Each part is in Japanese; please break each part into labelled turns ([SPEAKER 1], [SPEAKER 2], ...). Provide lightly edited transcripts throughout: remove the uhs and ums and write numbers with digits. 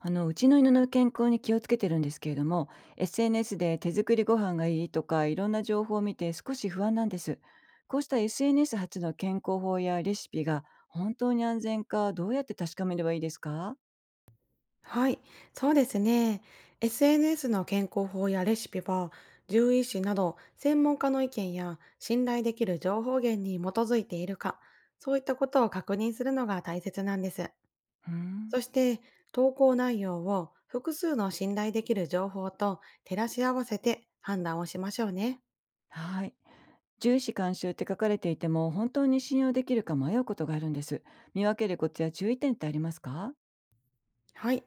[SPEAKER 1] うちの犬の健康に気をつけてるんですけれども、 SNS で手作りご飯がいいとかいろんな情報を見て少し不安なんです。こうした SNS 発の健康法やレシピが本当に安全か、どうやって確かめればいいですか？
[SPEAKER 2] はい、そうですね。SNS の健康法やレシピは、獣医師など専門家の意見や信頼できる情報源に基づいているか、そういったことを確認するのが大切なんです。
[SPEAKER 1] うーん。
[SPEAKER 2] そして、投稿内容を複数の信頼できる情報と照らし合わせて判断をしましょうね。
[SPEAKER 1] はい。重視監修って書かれていても本当に信用できるか迷うことがあるんです。見分けるコツや注意点ってありますか？
[SPEAKER 2] はい。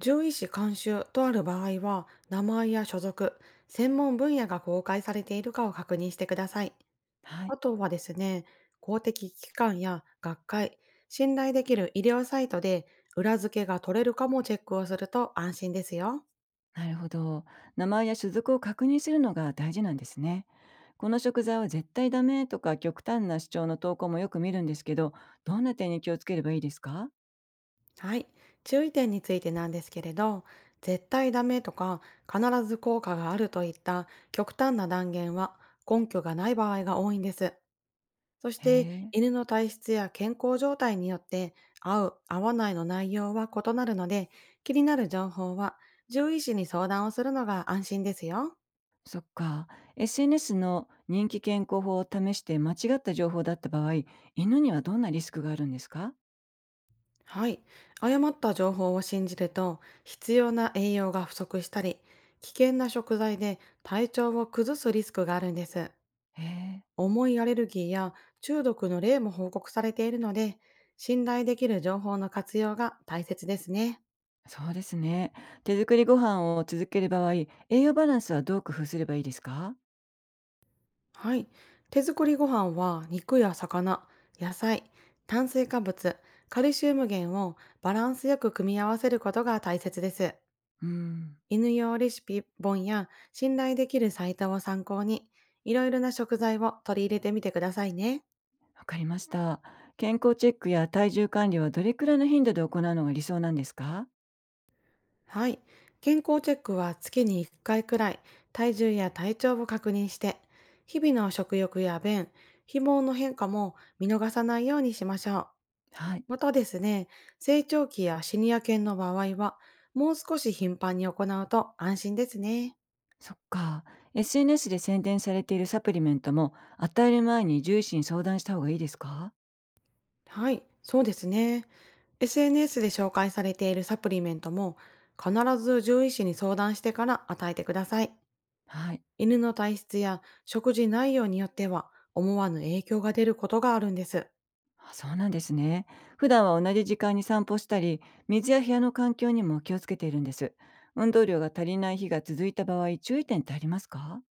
[SPEAKER 2] 獣医師監修とある場合は、名前や所属、専門分野が公開されているかを確認してください。
[SPEAKER 1] はい。
[SPEAKER 2] あとはですね、公的機関や学会、信頼できる医療サイトで裏付けが取れるかもチェックをすると安心ですよ。
[SPEAKER 1] なるほど。名前や種族を確認するのが大事なんですね。この食材は絶対ダメとか極端な主張の投稿もよく見るんですけど、どんな点に気をつければいいですか？
[SPEAKER 2] はい。注意点についてなんですけれど、絶対ダメとか必ず効果があるといった極端な断言は根拠がない場合が多いんです。そし
[SPEAKER 1] へ
[SPEAKER 2] て
[SPEAKER 1] え。
[SPEAKER 2] 犬の体質や健康状態によって合う、合わないの内容は異なるので、気になる情報は獣医師に相談をするのが安心ですよ。
[SPEAKER 1] そっか。SNS の人気健康法を試して間違った情報だった場合、犬にはどんなリスクがあるんですか？
[SPEAKER 2] はい。誤った情報を信じると、必要な栄養が不足したり、危険な食材で体調を崩すリスクがあるんです。
[SPEAKER 1] へえ。
[SPEAKER 2] 重いアレルギーや中毒の例も報告されているので、信頼できる情報の活用が大切ですね。
[SPEAKER 1] そうですね。手作りご飯を続ける場合、栄養バランスはどう工夫すればいいですか？
[SPEAKER 2] はい。手作りご飯は肉や魚、野菜、炭水化物、カルシウム源をバランスよく組み合わせることが大切です。
[SPEAKER 1] うん。
[SPEAKER 2] 犬用レシピ本や信頼できるサイトを参考に、いろいろな食材を取り入れてみてくださいね。
[SPEAKER 1] わかりました。健康チェックや体重管理はどれくらいの頻度で行うのが理想なんですか？
[SPEAKER 2] はい。健康チェックは月に1回くらい、体重や体調を確認して、日々の食欲や便、肥毛の変化も見逃さないようにしましょう。
[SPEAKER 1] はい。
[SPEAKER 2] またですね、成長期やシニア犬の場合は、もう少し頻繁に行うと安心ですね。
[SPEAKER 1] そっか。SNS で宣伝されているサプリメントも与える前に獣医師に相談した方がいいですか？
[SPEAKER 2] はい、そうですね。SNS で紹介されているサプリメントも、必ず獣医師に相談してから与えてください。
[SPEAKER 1] はい。
[SPEAKER 2] 犬の体質や食事内容によっては、思わぬ影響が出ることがあるんです。
[SPEAKER 1] あ、そうなんですね。普段は同じ時間に散歩したり、水や部屋の環境にも気をつけているんです。運動量が足りない日が続いた場合、注意点ってありますか？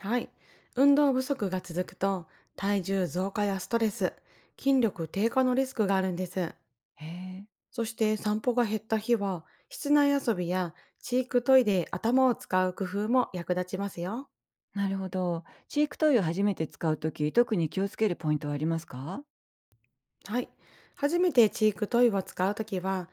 [SPEAKER 2] はい。運動不足が続くと、体重増加やストレス、筋力低下のリスクがあるんです。
[SPEAKER 1] へえ。
[SPEAKER 2] そして散歩が減った日は、室内遊びやチークトイで頭を使う工夫も役立ちますよ。
[SPEAKER 1] なるほど。チークトイを初めて使うとき、特に気をつけるポイントはありますか？
[SPEAKER 2] はい。初めてチークトイを使うときは、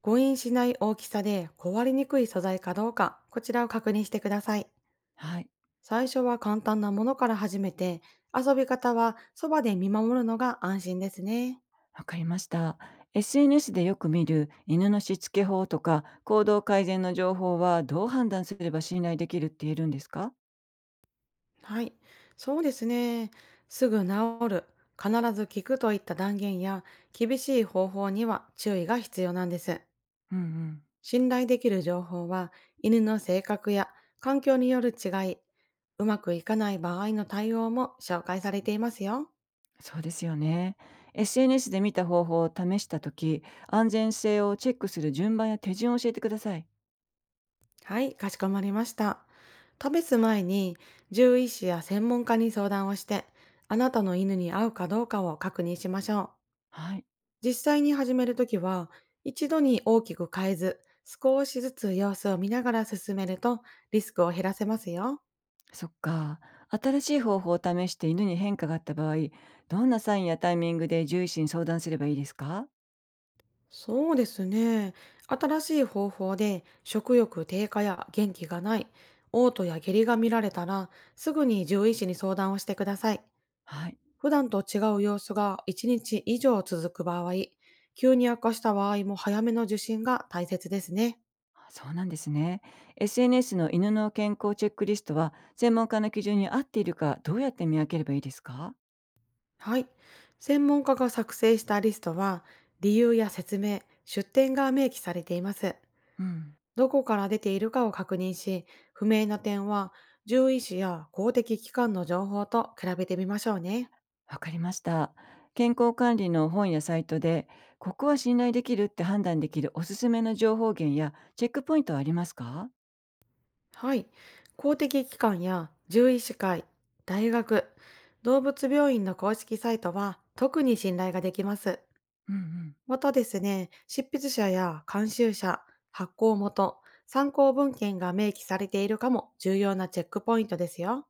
[SPEAKER 2] 誤飲しない大きさで壊れにくい素材かどうか、こちらを確認してください。
[SPEAKER 1] はい。
[SPEAKER 2] 最初は簡単なものから始めて、遊び方はそばで見守るのが安心ですね。
[SPEAKER 1] わかりました。SNS でよく見る犬のしつけ法とか行動改善の情報はどう判断すれば信頼できるって言えるんですか？
[SPEAKER 2] はい。そうですね。すぐ治る、必ず効くといった断言や、厳しい方法には注意が必要なんです。
[SPEAKER 1] うんうん。
[SPEAKER 2] 信頼できる情報は犬の性格や環境による違い、うまくいかない場合の対応も紹介されていますよ。
[SPEAKER 1] そうですよね。SNS で見た方法を試した時、安全性をチェックする順番や手順を教えてください。
[SPEAKER 2] はい、かしこまりました。試す前に獣医師や専門家に相談をして、あなたの犬に合うかどうかを確認しましょう。
[SPEAKER 1] はい。
[SPEAKER 2] 実際に始めるときは、一度に大きく変えず、少しずつ様子を見ながら進めるとリスクを減らせますよ。
[SPEAKER 1] そっか。新しい方法を試して犬に変化があった場合、どんなサインやタイミングで獣医師に相談すればいいですか？
[SPEAKER 2] そうですね。新しい方法で食欲低下や元気がない、嘔吐や下痢が見られたら、すぐに獣医師に相談をしてください。
[SPEAKER 1] はい。
[SPEAKER 2] 普段と違う様子が1日以上続く場合、急に悪化した場合も早めの受診が大切ですね。
[SPEAKER 1] あ、そうなんですね。SNS の犬の健康チェックリストは、専門家の基準に合っているか、どうやって見分ければいいですか？
[SPEAKER 2] はい。専門家が作成したリストは、理由や説明、出典が明記されています。
[SPEAKER 1] うん、
[SPEAKER 2] どこから出ているかを確認し、不明な点は獣医師や公的機関の情報と比べてみましょうね。
[SPEAKER 1] わかりました。健康管理の本やサイトで、ここは信頼できるって判断できるおすすめの情報源やチェックポイントはありますか？
[SPEAKER 2] はい。公的機関や獣医師会、大学、動物病院の公式サイトは特に信頼ができます。
[SPEAKER 1] うんうん、
[SPEAKER 2] またですね、執筆者や監修者、発行元、参考文献が明記されているかも重要なチェックポイントですよ。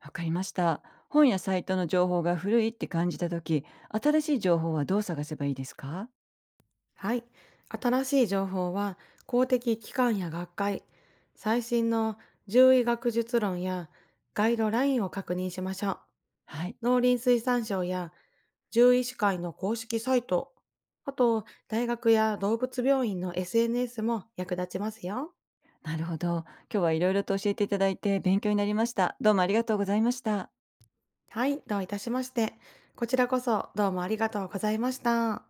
[SPEAKER 1] わかりました。本やサイトの情報が古いって感じたとき、新しい情報はどう探せばいいですか？
[SPEAKER 2] はい。新しい情報は公的機関や学会、最新の獣医学術論やガイドラインを確認しましょう。
[SPEAKER 1] はい、
[SPEAKER 2] 農林水産省や獣医師会の公式サイト、あと大学や動物病院の SNS も役立ちますよ。
[SPEAKER 1] なるほど。今日はいろいろと教えていただいて勉強になりました。どうもありがとうございました。
[SPEAKER 2] はい、どういたしまして。こちらこそどうもありがとうございました。